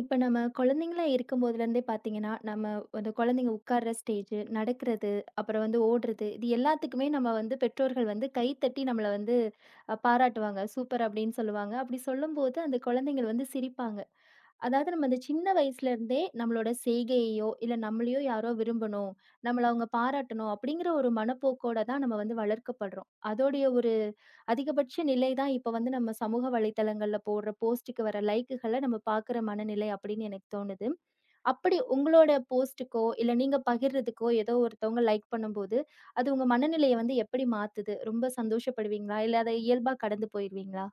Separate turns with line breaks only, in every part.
இப்ப நம்ம குழந்தைங்களா இருக்கும்போதுலேருந்தே பார்த்தீங்கன்னா, நம்ம அந்த குழந்தைங்க உட்கார்ற ஸ்டேஜு, நடக்கிறது, அப்புறம் வந்து ஓடுறது, இது எல்லாத்துக்குமே நம்ம வந்து பெற்றோர்கள் வந்து கைத்தட்டி நம்மள வந்து பாராட்டுவாங்க. "சூப்பர்" அப்படின்னு சொல்லுவாங்க. அப்படி சொல்லும்போது அந்த குழந்தைங்கள் வந்து சிரிப்பாங்க. அதாவது நம்ம அந்த சின்ன வயசுல இருந்தே நம்மளோட செய்கையையோ, இல்ல நம்மளையோ யாரோ விரும்பணும். நம்மள அவங்க பாராட்டணும் அப்படிங்கிற ஒரு மனப்போக்கோட தான் நம்ம வந்து வளர்க்கப்படுறோம். அதோடைய ஒரு அதிகபட்ச நிலை தான் இப்ப வந்து நம்ம சமூக வலைத்தளங்கள்ல போடுற போஸ்ட்டுக்கு வர லைக்குகள நம்ம பார்க்குற மனநிலை அப்படின்னு எனக்கு தோணுது. அப்படி உங்களோட போஸ்ட்டுக்கோ, இல்ல நீங்க பகிர்றதுக்கோ ஏதோ ஒருத்தவங்க லைக் பண்ணும்போது, அது உங்க மனநிலைய வந்து எப்படி மாத்துது? ரொம்ப சந்தோஷப்படுவீங்களா? இல்ல அத இயல்பா கடந்து போயிருவீங்களா?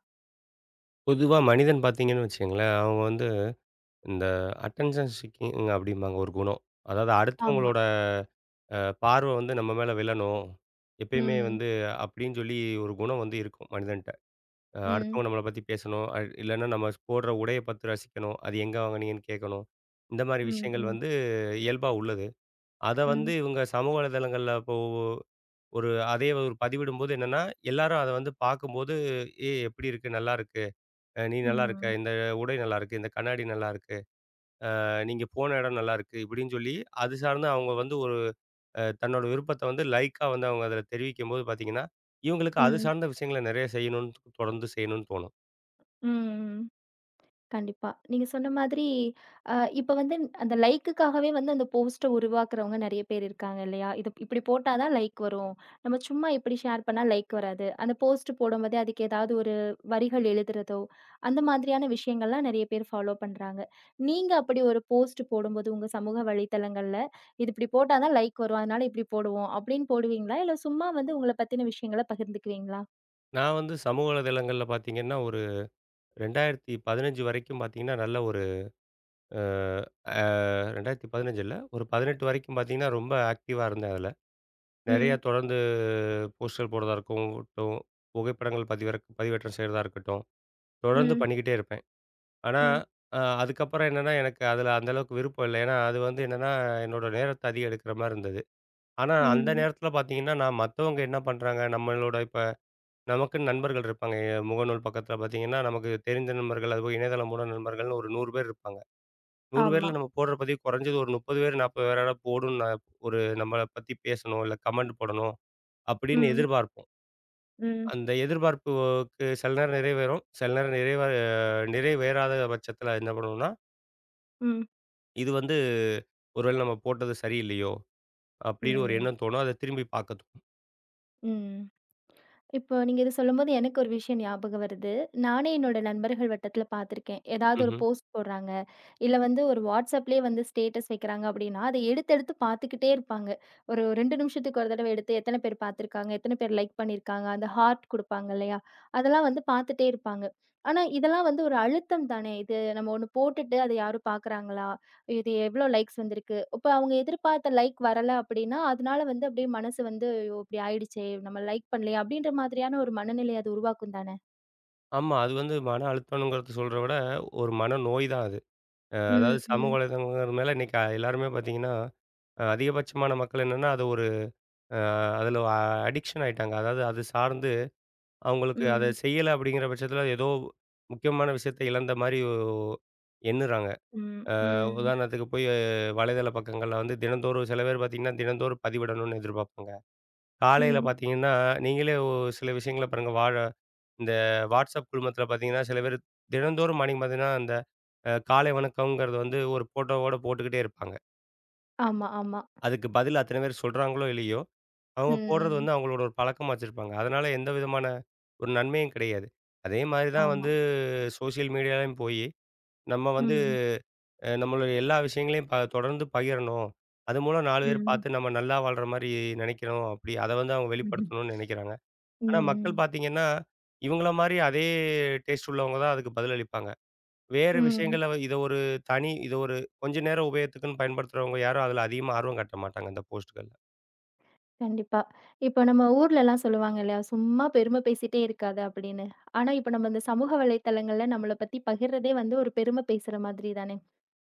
பொதுவா மனிதன் பார்த்தீங்கன்னு வச்சுக்கங்களேன், அவங்க வந்து இந்த அட்டென்ஷன் ஸ்கிக்கிங் அப்படிம்பாங்க ஒரு குணம். அதாவது
ஆமா.
அடுத்தவங்களோட அ பார்வை வந்து நம்ம மேல விழணும். எப்பயுமே
ம்.
வந்து அப்படின்னு சொல்லி ஒரு குணம் வந்து இருக்கும் மனிதன்ட்ட.
ம்.
அடுத்தவங்க நம்மள பத்தி பேசணும். இல்லன்னா நம்ம போடுற உடைய பார்த்து ரசிக்கணும். அது எங்க வாங்குனீங்கன்னு கேட்கணும். இந்த மாரி
ம்.
விஷயங்கள்
ம்.
வந்து இயல்பா உள்ளது. அத வந்து
ம்.
இவங்க சமூக வலைதளங்கள்ல இப்போ ஒரு அதே ஒரு பதிவிடும்போது என்னன்னா, எல்லாரும் அத வந்து பார்க்கும்போது, "ஏய் எப்படி இருக்கு? நல்லா இருக்கு." நீ நல்லாருக்க,
ம்.
இந்த உடை நல்லாருக்கு, இந்த கண்ணாடி நல்லாருக்கு, நீங்க போன இடம் நல்லாருக்கு, இப்படின்னு சொல்லி அது சார்ந்து அவங்க வந்து ஒரு தன்னோட விருப்பத்த வந்து லைக்கா வந்து அவங்க அதில தெரிவிக்கும்போது பார்த்தீங்கன்னா, இவங்களுக்கு அது
ம்.
சார்ந்த விஷயங்கள நிறைய செய்யணும்னு தொடர்ந்து செய்யணும்னு தோணும்.
ம். கண்டிப்பா. நீங்க சொன்ன மாதிரி, இப்ப வந்து அந்த லைக்குக்காகவே வந்து அந்த போஸ்ட்ட உருவாக்குறவங்க நெறைய பேர் இருக்காங்க இல்லையா? இது இப்படி போட்டா தான் லைக் வரும். நம்ம சும்மா இப்படி ஷேர் பண்ணா லைக் வராது. அந்த போஸ்ட் போடும்போதே அதுக்கு ஏதாவது ஒரு வரிகள் எழுதுறதோ, அந்த மாதிரியான விஷயங்கள்லாம் நெறைய பேர் ஃபாலோ பண்றாங்க. நீங்க அப்படி ஒரு போஸ்ட் போடும்போது உங்க சமூக வலைத்தளங்கள்ல, "இது இப்படி போட்டா தான் லைக் வரும். அதனால இப்படி போடுவோம்." அப்படின்னு போடுவீங்களா? இல்ல சும்மா வந்து உங்கள பத்தின விஷயங்கள பகிர்ந்துக்குவீங்களா?
நான் வந்து சமூக வலைதளங்கள்ல பார்த்தீங்கன்னா, ஒரு 2015 வரைக்கும் பார்த்தீங்கன்னா, நல்ல ஒரு அ அ 2015 இல்ல, ஒரு 18 வரைக்கும் பார்த்தீங்கன்னா, ரொம்ப ஆக்டிவா இருந்தேன் அதில. நிறையா
ம்.
தொடர்ந்து போஸ்டல் போடுறதா இருக்கட்டும், புகைப்படங்கள் பதிவேற்றம் செய்றதா இருக்கட்டும், தொடர்ந்து
ம்.
பண்ணிக்கிட்டே இருப்பேன். ஆனா,
ம்.
அதுக்கப்புறம் என்னன்னா, எனக்கு அதுல அந்த அளவுக்கு விருப்பம் இல்ல. ஏன்னா, அது வந்து என்னன்னா, என்னோட நேரத்த அதிகம் எடுக்கிற மாரி இருந்தது. ஆனா, அந்த
ம்.
நேரத்துல பாத்தீங்கன்னா, நான் மத்தவங்க என்ன பண்றாங்க, நம்மளோட இப்ப நமக்குன்னு நண்பர்கள் இருப்பாங்க. முகநூல் பக்கத்துல பாத்தீங்கன்னா, நமக்கு தெரிஞ்ச நண்பர்கள், அதுபோக இணையதளம் மூலம் நண்பர்கள்னு ஒரு 100 பேர் இருப்பாங்க. 100
ஆமா.
பேர்ல நம்ம போடுற பதிவு குறைஞ்சது ஒரு 30 பேர், 40 பேராவது போடும்ன்னு நான் ஒரு நம்மள பத்தி பேசணும், இல்ல கமெண்ட் போடணும் அப்படின்னு
ம்.
எதிர்பார்ப்போம்.
ம்.
அந்த எதிர்பார்ப்புக்கு சில நேரம் நிறைவேறும், சில நேரம் நிறைவேறாத பட்சத்துல என்ன பண்ணுவோம்னா
ம்.
இது வந்து ஒரு வேளை நம்ம போட்டது சரியில்லையோ! அப்பிடின்னு ஒரு
ம்.
எண்ணம் தோணும். அத திரும்பி பார்க்க தோணும்.
ம். இப்போ நீங்க இத சொல்லும்போது எனக்கு ஒரு விஷயம் ஞாபகம் வருது. நானே என்னோட நண்பர்கள் வட்டத்தில பார்த்துருக்கேன். ஏதாவது ஒரு
ம்ஹ்ம்.
போஸ்ட் போடுறாங்க. இல்ல வந்து ஒரு WhatsAppலயே வந்து ஸ்டேட்டஸ் வைக்கிறாங்க அப்படின்னா, அத எடுத்து எடுத்து பார்த்துக்கிட்டே இருப்பாங்க. ஒரு 2 நிமிஷத்துக்கு ஒரு தடவ எடுத்து எத்தன பேர் பார்த்துருக்காங்க, எத்தன பேர் லைக் பண்ணியிருக்காங்க, அந்த ஹார்ட் குடுப்பாங்க இல்லையா? அதெல்லாம் வந்து பார்த்துட்டே இருப்பாங்க. ஆனா இதெல்லாம் வந்து ஒரு அழுத்தம் தானே! இது நம்ம ஒண்ணு போட்டுட்டு அத யாரும் பார்க்குறாங்களா? இது எவ்ளோ லைக்ஸ் வந்திருக்கு. இப்ப அவங்க எதிர்பார்த்த லைக் வரல அப்டின்னா, அதனால வந்து அப்டியே மனசு வந்து ஐயோ! இப்டி ஆயிடுச்சே! நம்ம லைக் பண்ணலையே! அப்டின்ற மாதிரியான ஒரு மனநிலை அது உருவாக்கும் தானே.
ஆமா. அது வந்து மன அழுத்தம்ங்கிறது சொல்றத விட, ஒரு மனநோய் தான் அது.
ம்,
அதாவது சமூக
ம்,
வலைதளங்கிறது மேல இன்னக்கி எல்லாருமே பார்த்தீங்கன்னா, அதிகபட்சமான மக்கள் என்னன்னா, அது ஒரு அ அதில அடிக்ஷன் ஆயிட்டாங்க. அதாவது அது சார்ந்து அவுங்களுக்கு அத
ம்,
செய்யல அப்பிடிங்கிற பட்சத்தில ஏதோ முக்கியமான விஷயத்த இழந்தமாரி எண்ணுறாங்க.
ம், ம்,
உதாரணத்துக்கு போய் வலைதள பக்கங்கள்ல வந்து தினந்தோறும் சில பேர் பார்த்தீங்கன்னா, தினந்தோறும் பதிவிடணுன்னு எதிர்பார்ப்பாங்க. காலையில
ம்.
பார்த்தீங்கன்னா, நீங்களே சில விஷயங்கள பாருங்க. இந்த WhatsApp குழுமத்தில பார்த்தீங்கன்னா, சில பேர் தினந்தோறும் மார்னிங் பார்த்தீங்கன்னா, அந்த காலை வணக்கம்ங்கிறது வந்து ஒரு ஃபோட்டோவோட போட்டுக்கிட்டே இருப்பாங்க.
ஆமா, ஆமா.
அதுக்கு பதில் அத்தன பேர் சொல்றாங்களோ இல்லையோ, அவங்க
ம்,
போடுறது
ம்.
வந்து அவங்களோட ஒரு பழக்கமா வச்சிருப்பாங்க. அதனால எந்த விதமான ஒரு நன்மையும் கிடையாது. அதே மாரி தான்
ஆமா.
வந்து சோசியல் மீடியாலயும் போயி, நம்ம வந்து
ம்,
நம்மளோட எல்லா விஷயங்களையும் தொடர்ந்து பகிரணும். அது மூலம் 4 பேர்
ம்,
பார்த்து நம்ம நல்லா வாழ்ற மாரி நினைக்கிறோம். அப்படி அத வந்து அவங்க
ம்ஹ்ம்.
வெளிப்படுத்தணும்னு நினைக்கிறாங்க. ஆனா மக்கள்
ம்,
பார்த்தீங்கன்னா, இவங்கள மாரி அதே டேஸ்ட் உள்ளவங்க தான் அதுக்கு பதிலளிப்பாங்க. வேறு
ம்.
விஷயங்கள்ல வ இத ஒரு தனி இத ஒரு கொஞ்ச நேரம் உபயோகத்துக்குன்னு பயன்படுத்துறவங்க யாரும் அதில அதிகமா ஆர்வம் காட்ட மாட்டாங்க, இந்த போஸ்ட்டுகள்ல.
கண்டிப்பா. இப்ப நம்ம ஊர்லலாம் சொல்லுவாங்க இல்லையா? சும்மா பெருமை பேசிட்டே இருக்காத அப்டின்னு. ஆனா இப்ப நம்ம இந்த சமூக வலைத்தளங்கள்ல நம்மள பத்தி பகிர்றதே வந்து ஒரு பெருமை பேசுற மாதிரி தானே.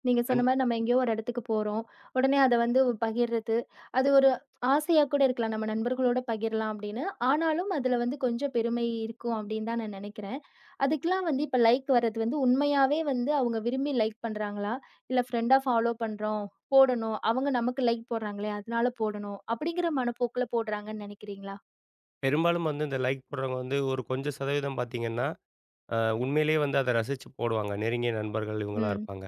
நீங்க
அன்
சொன்ன மாரி நம்ம எங்கேயோ ஒரு இடத்துக்கு போறோம். உடனே அத வந்து பகிர்றது. அது ஒரு ஆசையா கூட இருக்கலாம். நம்ம நண்பர்களோட பகிரலாம் அப்படின்னு. ஆனாலும் அதுல வந்து கொஞ்சம் பெருமை இருக்கும் அப்படின்னு தான் நான் நெனைக்கிறேன். அதுக்கெல்லாம் வந்து இப்ப லைக் வர்றது வந்து உண்மையாவே வந்து அவங்க விரும்பி லைக் பண்றாங்களா? இல்ல ஃப்ரெண்டா ஃபாலோ பண்றோம், போடணும். அவங்க நமக்கு லைக் போடுறாங்களே அதனால போடணும். அப்படிங்கிற மனப்போக்குல போடுறாங்கன்னு நெனைக்கிறீங்களா?
பெரும்பாலும் வந்து இந்த லைக் போடுறவங்க வந்து ஒரு கொஞ்சம் சதவீதம் பார்த்தீங்கன்னா, அ உண்மையிலேயே வந்து அத ரசிச்சு போடுவாங்க. நெருங்கிய நண்பர்கள் இவங்களா
ம்.
இருப்பாங்க.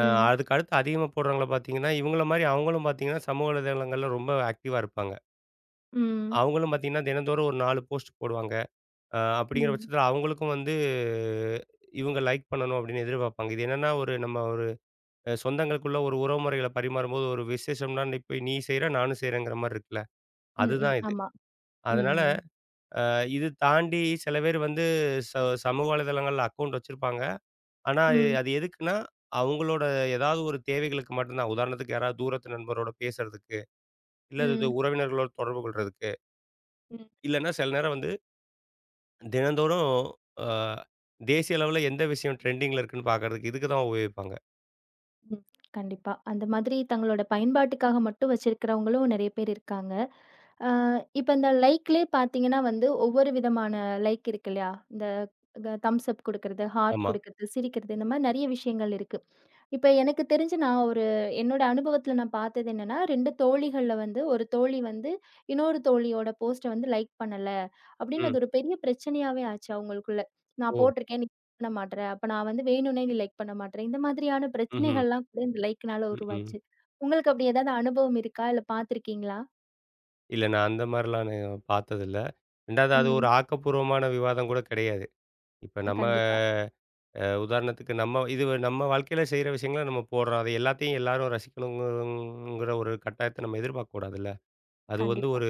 அ
ம்.
அதுக்கு அடுத்து அதிகமா போடுறவங்கள பார்த்தீங்கன்னா, இவங்கள மாரி அவங்களும் பார்த்தீங்கன்னா, சமூக வலைதளங்கள்ல ரொம்ப ஆக்டிவா இருப்பாங்க.
ம்.
அவங்களும் பார்த்தீங்கன்னா, தினந்தோறும் ஒரு 4 போஸ்ட் போடுவாங்க. அப்படிங்கிற
ம்.
பட்சத்தில அவங்களுக்கும் வந்து இவங்க லைக் பண்ணணும் அப்படின்னு எதிர்பார்ப்பாங்க. இது என்னன்னா ஒரு நம்ம ஒரு சொந்தங்களுக்குள்ள ஒரு உறவு முறைகள பரிமாறும்போது ஒரு விசேஷம்னா, நீ போய் நீ செய்ற, நானும் செய்றேங்கிற மாரி இருக்குல்ல.
ம்.
அதுதான்
ம்.
இது.
ஆமா.
அதனால
ம்.
இது தாண்டி சில பேர் வந்து ச சமூக வலைதளங்கள்ல அக்கவுண்ட் வச்சிருப்பாங்க. ஆனா அது
ம்.
அது எதுக்குன்னா, அவங்களோட ஏதாவது ஒரு தேவைகளுக்கு மட்டும்தான். உதாரணத்துக்கு யாராவது தூரத்து நண்பரோட பேசுறதுக்கு, இல்ல இது
ம்.
உறவினர்களோட தொடர்பு கொள்றதுக்கு,
ம்.
இல்லன்னா சில நேரம் வந்து தினந்தோறும் அ தேசிய அளவுல எந்த விஷயம் ட்ரெண்டிங்ல இருக்குன்னு பார்க்கறதுக்கு இதுக்கு தான் உபயோகிப்பாங்க.
ம். கண்டிப்பா. அந்த மாதிரி தங்களோட பயன்பாட்டுக்காக மட்டும் வச்சிருக்கிறவங்களும் நெறைய பேர் இருக்காங்க. அ இப்ப இந்த லைக்லயே பார்த்தீங்கன்னா வந்து, ஒவ்வொரு விதமான லைக் இருக்கு இல்லையா? இந்த தம்ஸ் அப் குடுக்கறது, ஹார்ட்
ஆமா.
குடுக்கறது, சிரிக்கிறது இந்த மாரி நெறைய விஷயங்கள் இருக்கு. இப்ப எனக்கு தெரிஞ்சு நான் ஒரு என்னோட அனுபவத்துல நான் பார்த்தது என்னன்னா, 2 தோழிகள்ல வந்து ஒரு தோழி வந்து இன்னொரு தோழியோட போஸ்ட்ட வந்து லைக் பண்ணல. அப்படின்னு
ம்.
அது ஒரு பெரிய பிரச்சனையாவே ஆச்சு அவங்களுக்குள்ள. நான்
ஓ!
போட்டிருக்கேன். நீ like பண்ண மாட்ற. அப்ப நான் வந்து வேணும்னே நீ லைக் பண்ண மாட்ற. இந்த மாதிரியான
ம்ஹ்ம்.
பிரச்சனைகள்லாம் கூட இந்த லைக்னால
ம்ஹ்ம்.
உருவாச்சு. உங்களுக்கு அப்படி ஏதாவது அனுபவம் இருக்கா? இல்ல பார்த்துருக்கீங்களா?
இல்ல நான் அந்த மாரிலாம் நான் பார்த்ததில்ல. 2வது அது ஒரு
ம்.
ஆக்கப்பூர்வமான விவாதம் கூட கிடையாது. இப்ப நம்ம
கண்டிப்பா,
உதாரணத்துக்கு நம்ம இது நம்ம வாழ்க்கையில செய்ற விஷயங்கள நம்ம போடுறோம். அது எல்லாத்தையும் எல்லாரும் ரசிக்கணுங்கிற ஒரு கட்டாயத்த நம்ம எதிர்பார்க்க கூடாதுல்ல. அது வந்து
கண்டிப்பா.
ஒரு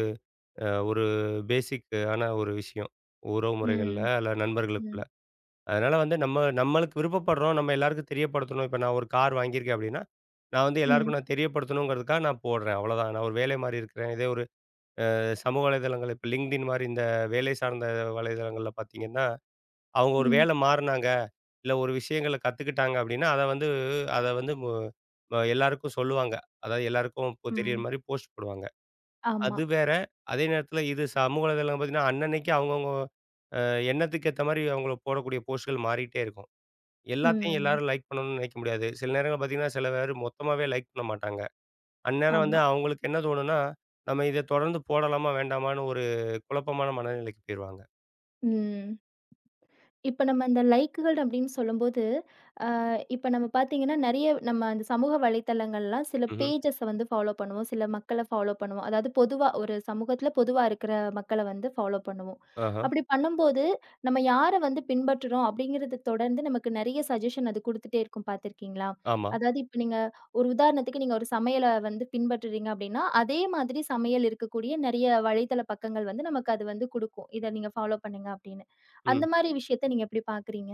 அ ஒரு பேசிக்கான ஒரு விஷயம். உறவு முறைகள்ல
ம்.
அல்ல நண்பர்களுக்குள்ள.
ம்.
அதனால வந்து நம்ம நம்மளுக்கு விருப்பப்படுறோம், நம்ம எல்லாருக்கும் தெரியப்படுத்தணும். இப்ப நான் ஒரு கார் வாங்கியிருக்கேன் அப்டின்னா, நான் வந்து
ம்.
எல்லாருக்கும் நான் தெரியப்படுத்தணுங்கிறதுக்காக நான் போடுறேன். அவ்வளோதான். நான் ஒரு வேலை மாரி இருக்கிறேன். இதே ஒரு சமூக வலைதளங்கள் இப்ப LinkedIn மாரி இந்த வேலை சார்ந்த வலைதளங்கள்ல பார்த்தீங்கன்னா, அவங்க ஒரு
ம்.
வேலை மாறுனாங்க, இல்ல ஒரு விஷயங்கள கத்துக்கிட்டாங்க அப்டின்னா, அத வந்து அத வந்து மு அ எல்லாருக்கும் சொல்லுவாங்க. அதாவது எல்லாருக்கும் இப்போ தெரியிற
ம்.
மாரி போஸ்ட் போடுவாங்க.
ஆமா.
அது வேற. அதே நேரத்தில இது சமூக வலைதளம் பார்த்தீங்கன்னா, அன்னன்னைக்கு அவங்கவங்க எண்ணத்துக்கு ஏத்த மாரி அவங்கள போடக்கூடிய போஸ்ட்கள் மாறிட்டே இருக்கும். எல்லாத்தையும்
ம்.
எல்லாரும் லைக் பண்ணணும்னு நினைக்க முடியாது. சில நேரங்கள்ல பார்த்தீங்கன்னா, சில பேர் மொத்தமாவே லைக் பண்ண மாட்டாங்க. அந்நேரம் வந்து
ஆமா.
அவங்களுக்கு என்ன தோணும்னா, நம்ம இத தொடர்ந்து போடலாமா? வேண்டாமான்னு ஒரு குழப்பமான மனநிலைக்கு போயிருவாங்க.
ம். இப்ப நம்ம இந்த லைக்குகள் அப்படின்னு சொல்லும்போது இப்ப நம்ம பார்த்தீங்கன்னா, நெறைய நம்ம அந்த சமூக வலைத்தளங்கள்லாம் சில
ம்ஹ்ம்.
பேஜஸ் வந்து ஃபாலோ பண்ணுவோம். சில மக்கள ஃபாலோ பண்ணுவோம். அதாவது பொதுவா ஒரு சமூகத்துல பொதுவா இருக்கிற மக்கள வந்து ஃபாலோ பண்ணுவோம்.
ஆஹா.
அப்படி பண்ணும்போது, நம்ம யார வந்து பின்பற்றுறோம் அப்படிங்கிறத தொடர்ந்து நமக்கு நெறைய சஜஷன் அது குடுத்துட்டே இருக்கும் பார்த்திருக்கீங்களா?
ஆமா.
அதாவது இப்ப நீங்க ஒரு உதாரணத்துக்கு நீங்க ஒரு சமையல வந்து பின்பற்றுறீங்க அப்படின்னா, அதே மாதிரி சமையல் இருக்கக்கூடிய நெறைய வலைத்தள பக்கங்கள் வந்து நமக்கு அது வந்து குடுக்கும். இத நீங்க ஃபாலோ பண்ணுங்க அப்படின்னு. அந்த
ம்.
மாரி விஷயத்த நீங்க எப்படி பார்க்குறீங்க?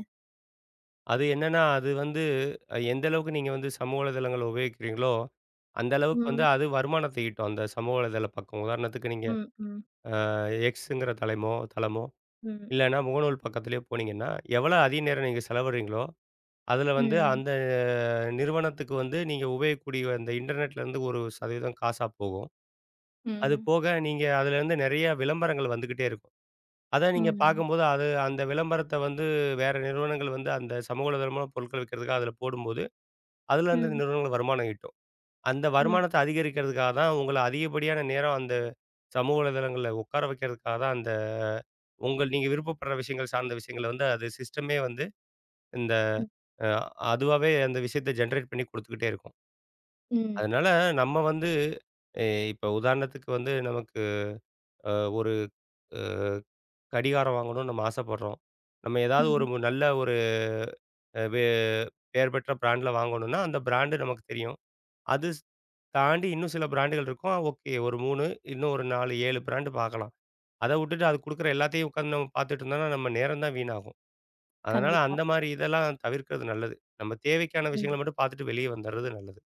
அது என்னன்னா, அது வந்து எந்த அளவுக்கு நீங்க வந்து சமூக வலைதளங்கள உபயோகிக்கிறீங்களோ, அந்த அளவுக்கு வந்து
ம்.
அது வருமானத்த ஈட்டும். அந்த சமூக வலைதள பக்கம். உதாரணத்துக்கு நீங்க
ம், ம்,
அ எக்ஸுங்கிற தலைமோ தளமோ,
ம்.
இல்லன்னா முகநூல் பக்கத்திலேயோ போனீங்கன்னா, எவ்வளோ அதிக நேரம் நீங்க செலவிடுறீங்களோ அதுல வந்து
ம்.
அந்த நிறுவனத்துக்கு வந்து நீங்க உபயோகிக்கக்கூடிய அந்த இன்டர்நெட்ல இருந்து ஒரு சதவீதம் காசா போகும். அது
ம்.
போக நீங்க அதுல இருந்து நிறைய விளம்பரங்கள் வந்துகிட்டே இருக்கும். அத நீங்க
ம்.
பார்க்கும்போது அது அந்த விளம்பரத்த வந்து வேற நிறுவனங்கள் வந்து அந்த சமூக வலைதளமா பொருட்கள் விக்கிறதுக்காக அதுல போடும்போது, அதுலருந்து இந்த
ம்.
நிறுவனங்கள் வருமானம் ஈட்டும். அந்த
ம்.
வருமானத்த அதிகரிக்கிறதுக்காக தான் உங்கள அதிகப்படியான நேரம் அந்த சமூக வலைதளங்கள்ல உட்கார வைக்கிறதுக்காக தான் அந்த உங்கள் நீங்க விருப்பப்படுற விஷயங்கள் சார்ந்த விஷயங்கள வந்து அது சிஸ்டமே வந்து இந்த
ம்.
அ அதுவாவே அந்த விஷயத்த ஜெனரேட் பண்ணி குடுத்துக்கிட்டே இருக்கும்.
ம்.
அதனால நம்ம வந்து எ இப்ப உதாரணத்துக்கு வந்து நமக்கு அ ஒரு அ கடிகாரம் வாங்கணும்னு நம்ம ஆசைப்படுறோம். நம்ம ஏதாவது ஒரு
ம்.
நல்ல ஒரு அ வே பெயர் பெற்ற பிராண்ட்ல வாங்கணும்னா, அந்த பிராண்டு நமக்கு தெரியும். அது தாண்டி இன்னும் சில பிராண்டுகள் இருக்கும். ஓகே ஒரு 3 இன்னும் ஒரு 4, 7 பிராண்டு பார்க்கலாம். அத விட்டுட்டு அது குடுக்குற எல்லாத்தையும் உட்காந்து நம்ம பார்த்துட்டு இருந்தோம்னா, நம்ம நேரம் தான் வீணாகும். அதனால
கண்டிப்பா.
அந்த மாரி இதெல்லாம் தவிர்க்கிறது நல்லது. நம்ம தேவைக்கான
ம்.
விஷயங்கள மட்டும் பார்த்துட்டு வெளியே வந்துர்றது நல்லது.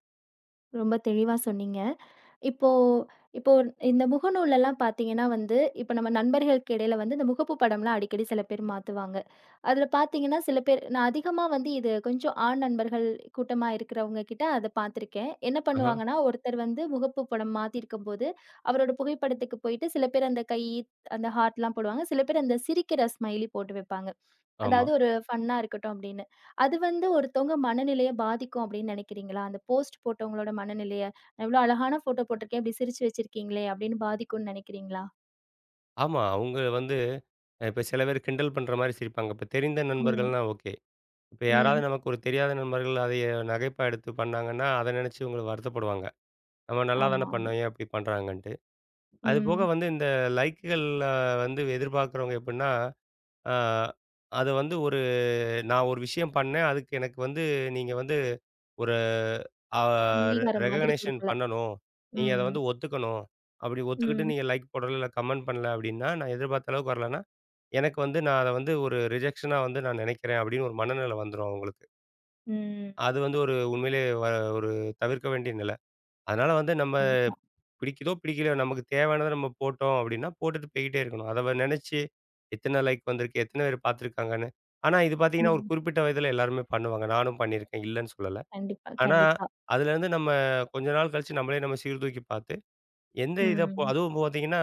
ரொம்ப தெளிவா சொன்னீங்க. இப்போ இப்போ இந்த முகநூல்லலாம் பார்த்தீங்கன்னா வந்து, இப்ப நம்ம நண்பர்களுக்கு இடையில வந்து இந்த முகப்பு படம்லாம் அடிக்கடி சில பேர் மாத்துவாங்க. அதுல பார்த்தீங்கன்னா, சில பேர் நான் அதிகமா வந்து இது கொஞ்சம் ஆண் நண்பர்கள் கூட்டமா இருக்கிறவங்க கிட்ட அத பார்த்துருக்கேன். என்ன
ஆஹ.
பண்ணுவாங்கன்னா, ஒருத்தர் வந்து முகப்பு படம் மாத்தியிருக்கும்போது, அவரோட புகைப்படத்துக்கு போயிட்டு சில பேர் அந்த கை, அந்த ஹார்ட்லாம் போடுவாங்க. சில பேர் அந்த சிரிக்கிற ஸ்மைலி போட்டு வைப்பாங்க.
ஆமா.
அதாவது ஒரு ஃபன்னா இருக்கட்டும் அப்படின்னு. அது வந்து ஒருத்தவங்க மனநிலைய பாதிக்கும் அப்படின்னு நினைக்கிறீங்களா? அந்த போஸ்ட் போட்டவங்களோட மனநிலைய, "நான் இவ்ளோ அழகான ஃபோட்டோ போட்டிருக்கேன், இப்படி சிரிச்சு வச்சிருக்கீங்களே!" அப்படின்னு பாதிக்கும்னு நினைக்கிறீங்களா?
ஆமா. அவங்க வந்து இப்ப சில பேர் கிண்டல் பண்ற மாரி சிரிப்பாங்க. இப்ப தெரிந்த
ம்.
நண்பர்கள்னா ஓகே. இப்ப யாராவது
ம்.
நமக்கு ஒரு தெரியாத நண்பர்கள் அதைய நகைப்பா எடுத்து பண்ணாங்கன்னா, அத நினைச்சு இவங்க வருத்தப்படுவாங்க. நம்ம நல்லா தானே
ஆமா, ஆமா.
பண்ணோம், ஏன் இப்படி பண்றாங்கன்ட்டு. அதுபோக
ம்.
வந்து இந்த லைக்குகள்ல வந்து எதிர்பார்க்குறவங்க எப்படின்னா, ஆ அது வந்து ஒரு நான் ஒரு விஷயம் பண்ணேன். அதுக்கு எனக்கு வந்து நீங்க வந்து ஒரு ஆ
அங்கீகாரம் மாதிரி
ரெகக்னேஷன்
குடுக்கல.
பண்ணணும். நீங்க அத
ம்.
வந்து ஒத்துக்கணும். அப்படி ஒத்துக்கிட்டு
ம்.
நீங்க லைக் போடல, இல்ல கமெண்ட் பண்ணல அப்படின்னா, நான் எதிர்பார்த்த அளவுக்கு வரலன்னா எனக்கு வந்து நான் அத வந்து ஒரு ரிஜெக்ஷனா வந்து நான் நினைக்கிறேன் அப்படின்னு ஒரு மனநிலை வந்துரும் அவங்களுக்கு.
ம்.
அது வந்து ஒரு உண்மையிலேயே ஒரு தவிர்க்க வேண்டிய நிலை. அதனால வந்து நம்ம
கண்டிப்பா.
பிடிக்குதோ, பிடிக்கலையோ நமக்கு தேவையானத நம்ம போட்டோம் அப்படின்னா, போட்டுட்டு போய்க்கிட்டே இருக்கணும். அத நினைச்சு எத்தனை லைக் வந்திருக்கு, எத்தனை பேர் பார்த்துருக்காங்கன்னு. ஆனா இது பார்த்தீங்கன்னா, ஒரு
ம்.
குறிப்பிட்ட வயதில எல்லாருமே பண்ணுவாங்க. நானும் பண்ணியிருக்கேன். இல்லன்னு சொல்லல.
கண்டிப்பா,
ஆனா,
கண்டிப்பா.
அதுலேருந்து நம்ம கொஞ்ச நாள் கழிச்சு நம்மளே நம்ம சீர்தூக்கி பார்த்து எந்த இத போ
ம்.
அதுவும் பார்த்தீங்கன்னா,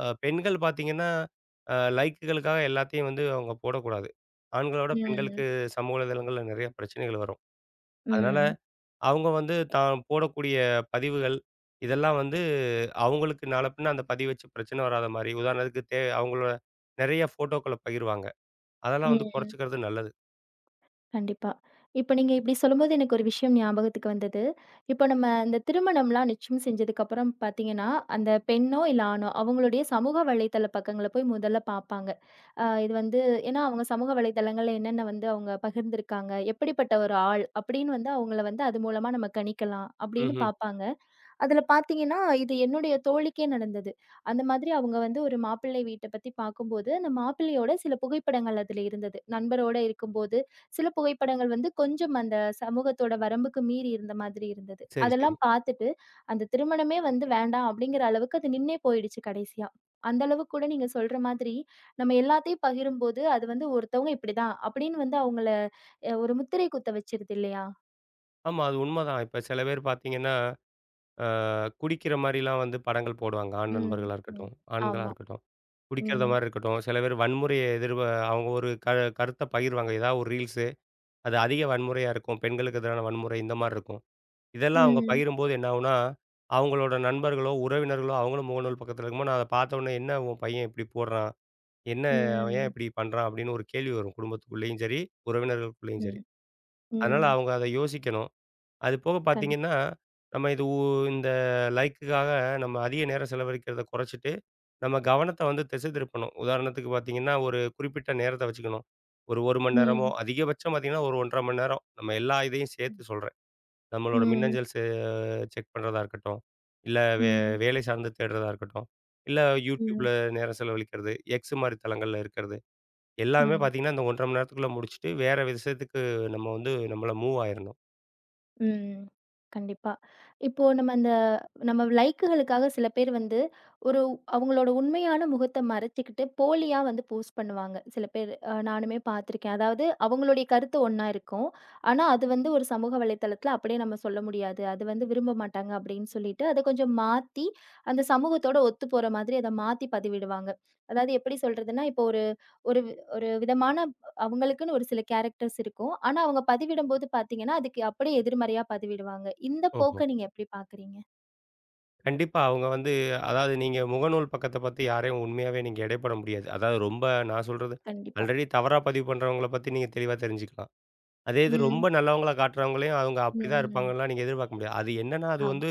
பெண்கள் பார்த்தீங்கன்னா, லைக்குகளுக்காக எல்லாத்தையும் வந்து அவங்க போடக்கூடாது. ஆண்களோட பெண்களுக்கு
ம்.
சமூக வலைதளங்கள்ல நெறைய பிரச்சனைகள் வரும். அதனால
ம்.
அவங்க வந்து தான் போடக்கூடிய பதிவுகள், இதெல்லாம் வந்து அவங்களுக்கு நாளப்பின்ன அந்த பதிவு வச்சு பிரச்சனை வராத மாரி, உதாரணத்துக்கு அவங்களோட நெறைய ஃபோட்டோக்கள பகிர்வாங்க. அதெல்லாம் வந்து
ம்.
குறைச்சுக்கிறது நல்லது.
கண்டிப்பா. இப்ப நீங்க இப்படி சொல்லும்போது எனக்கு ஒரு விஷயம் ஞாபகத்துக்கு வந்தது. இப்ப நம்ம இந்த திருமணம்லாம் நிச்சயம் செஞ்சதுக்கப்புறம் பார்த்தீங்கன்னா, அந்த பெண்ணோ இல்ல ஆணோ அவங்களுடைய சமூக வலைதள பக்கங்கள போய் முதல்ல பார்ப்பாங்க. இது வந்து ஏன்னா அவங்க சமூக வலைதளங்கள்ல என்னென்ன வந்து அவங்க பகிர்ந்திருக்காங்க, எப்படிப்பட்ட ஒரு ஆள் அப்படின்னு வந்து அவங்கள வந்து அது மூலமா நம்ம கணிக்கலாம் அப்படின்னு
ம்ஹ்ம்.
பார்ப்பாங்க. அதுல பார்த்தீங்கன்னா, இது என்னுடைய தோழிக்கே நடந்தது. அந்த மாதிரி அவங்க வந்து ஒரு மாப்பிள்ளை வீட்ட பத்தி பார்க்கும்போது, அந்த மாப்பிள்ளையோட சில புகைப்படங்கள் அதுல இருந்தது. நண்பரோட இருக்கும்போது, சில புகைப்படங்கள் வந்து கொஞ்சம் அந்த சமூகத்தோட வரம்புக்கு மீறி இருந்த மாதிரி இருந்தது.
சரி, சரி.
அதெல்லாம் பார்த்துட்டு, அந்த திருமணமே வந்து வேண்டாம் அப்படிங்கிற அளவுக்கு அது நின்னே போயிடுச்சு கடைசியா. அந்த அளவுக்கு கூட நீங்க சொல்ற மாதிரி, நம்ம எல்லாத்தையும் பகிரும்போது, அது வந்து ஒருத்தவங்க இப்படிதான் அப்படின்னு வந்து அவங்கள ஒரு முத்திரை குத்த வச்சிருது இல்லையா?
ஆமா, அது உண்மதான். இப்ப சில பேர் பார்த்தீங்கன்னா, அ குடிக்கிற மாரிலாம் வந்து படங்கள் போடுவாங்க. ஆண்
ம்,
நண்பர்களா
ம்.
இருக்கட்டும், ஆண்களா
ஆமா.
இருக்கட்டும். குடிக்கிறத
ம்,
மாரி இருக்கட்டும். சில பேர் வன்முறைய எதிர் அவங்க ஒரு கருத்த பகிர்வாங்க. ஏதாவது ஒரு ரீல்ஸு, அது அதிக வன்முறையா இருக்கும். பெண்களுக்கு எதிரான வன்முறை இந்த மாரி இருக்கும். இதெல்லாம் அவங்க
ம்.
பகிரும்போது என்ன ஆகும்னா, அவங்களோட நண்பர்களோ, உறவினர்களோ அவங்களும் முகநூல் பக்கத்தில இருக்கும்போது, நான் அத பார்த்தோனே, "என்ன உன் பையன் இப்படி போடுறான்? என்ன அவன் ஏன்
ம்.
இப்படி பண்றான்?" அப்படின்னு ஒரு கேள்வி வரும். குடும்பத்துக்குள்ளேயும் சரி, உறவினர்களுக்குள்ளேயும் சரி.
ம்.
அதனால
ம்.
அவங்க அத யோசிக்கணும். அது போக
கண்டிப்
பார்த்தீங்கன்னா, நம்ம இது உ இந்த லைக்குக்காக நம்ம அதிக நேரம் செலவழிக்கிறத குறைச்சிட்டு, நம்ம கவனத்த வந்து திசை திருப்பணும். உதாரணத்துக்கு பார்த்தீங்கன்னா, ஒரு குறிப்பிட்ட நேரத்த வச்சுக்கணும். ஒரு 1 மணி நேரமோ,
ம்.
அதிகபட்சம் பார்த்தீங்கன்னா, ஒரு 1 1/2 மணி நேரம். நம்ம எல்லா இதையும்
ம்.
சேர்த்து சொல்றேன். நம்மளோட
ம்.
மின்னஞ்சல் செக் பண்றதா இருக்கட்டும், இல்ல
ம்.
வேலை சார்ந்து தேடுறதா இருக்கட்டும், இல்ல YouTubeல நேரம் செலவழிக்கிறது, X மாரி தளங்கள்ல இருக்கிறது. எல்லாமே
ம்.
பார்த்தீங்கன்னா, இந்த 1 1/2 மணி நேரத்துக்குள்ள முடிச்சுட்டு, வேற விஷயத்துக்கு நம்ம வந்து நம்மள மூவ் ஆயிரணும்.
ம். கண்டிப்பா. இப்போ நம்ம அந்த நம்ம லைக்குகளுக்காக சில பேர் வந்து ஒரு அவங்களோட உண்மையான முகத்த மறைச்சுக்கிட்டு போலியா வந்து போஸ்ட் பண்ணுவாங்க. சில பேர் நானுமே பார்த்துருக்கேன். அதாவது அவங்களுடைய கருத்து ஒண்ணா இருக்கும். ஆனா அது வந்து ஒரு சமூக வலைதளத்தில அப்படியே நம்ம சொல்ல முடியாது. அது வந்து விரும்ப மாட்டாங்க அப்படின்னு சொல்லிட்டு அத கொஞ்சம் மாத்தி அந்த சமூகத்தோட ஒத்துப்போற மாதிரி அத மாத்தி பதிவிடுவாங்க. அதாவது எப்படி சொல்றதுன்னா, இப்போ ஒரு ஒரு வி ஒரு விதமான அவங்களுக்குன்னு ஒரு சில கேரக்டர்ஸ் இருக்கும். ஆனா அவங்க பதிவிடும்போது பார்த்தீங்கன்னா, அதுக்கு அப்படியே எதிர்மறையா பதிவிடுவாங்க. இந்த
ஓஹோ!
போக்க நீங்க எப்படி பார்க்குறீங்க?
கண்டிப்பா. அவங்க வந்து அதாவது நீங்க முகநூல் பக்கத்த பத்தி யாரையும் உண்மையாவே நீங்க எடை போட முடியாது. அதாவது ரொம்ப நான் சொல்றது,
கண்டிப்பா.
ஆல்ரெடி தவறா பதிவு பண்றவங்கள பத்தி நீங்க தெளிவா தெரிஞ்சுக்கலாம். அதே இது
ம்.
ரொம்ப நல்லவங்களா காட்டுறவங்களையும் அவங்க அப்படிதான்
ம்.
இருப்பாங்கன்லாம் நீங்க எதிர்பார்க்க முடியாது. அது என்னன்னா, அது
ஆமா.
வந்து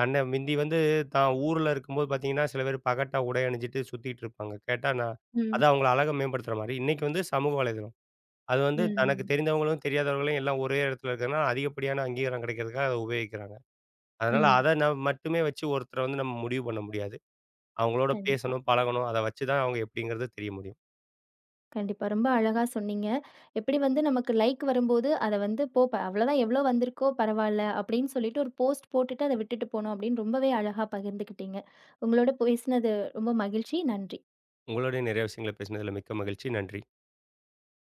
தன்னை மிந்தி வந்து தான் ஊர்ல இருக்கும்போது பார்த்தீங்கன்னா, சில பேர் பகட்டா உடை அணிஞ்சிட்டு சுத்திட்டு இருப்பாங்க. கேட்டா நான்
ம்.
அது அவங்கள அழக மேம்படுத்துற மாரி. இன்னைக்கு வந்து சமூக வலைதளம். அது வந்து
ம்.
தனக்கு
ம்.
தெரிந்தவங்களும், தெரியாதவர்களையும் எல்லாம் ஒரே இடத்துல இருக்கிறனால, அதிகப்படியான அங்கீகாரம் கிடைக்கிறதுக்காக அத உபயோகிக்கிறாங்க. அதனால
ம்.
அத மட்டுமே வச்சு ஒருத்தர வந்து நம்ம முடிவு பண்ண முடியாது. அவங்களோட
கண்டிப்பா.
பேசணும், பழகணும். அத வச்சு தான் அவங்க எப்படிங்கிறது தெரிய முடியும்.
கண்டிப்பா. ரொம்ப அழகா சொன்னீங்க. எப்படி வந்து நமக்கு லைக் வரும்போது அத வந்து போ ப அவ்வளோதான் எவ்வளோ வந்திருக்கோ பரவால்ல அப்படின்னு சொல்லிட்டு ஒரு போஸ்ட் போட்டுட்டு அத விட்டுட்டு போணும் அப்படின்னு ரொம்பவே அழகா பகிர்ந்துக்கிட்டீங்க. உங்களோட பேசினது ரொம்ப மகிழ்ச்சி. நன்றி.
உங்களோடயும் நிறைய விஷயங்கள பேசினதுல மிக்க மகிழ்ச்சி. நன்றி.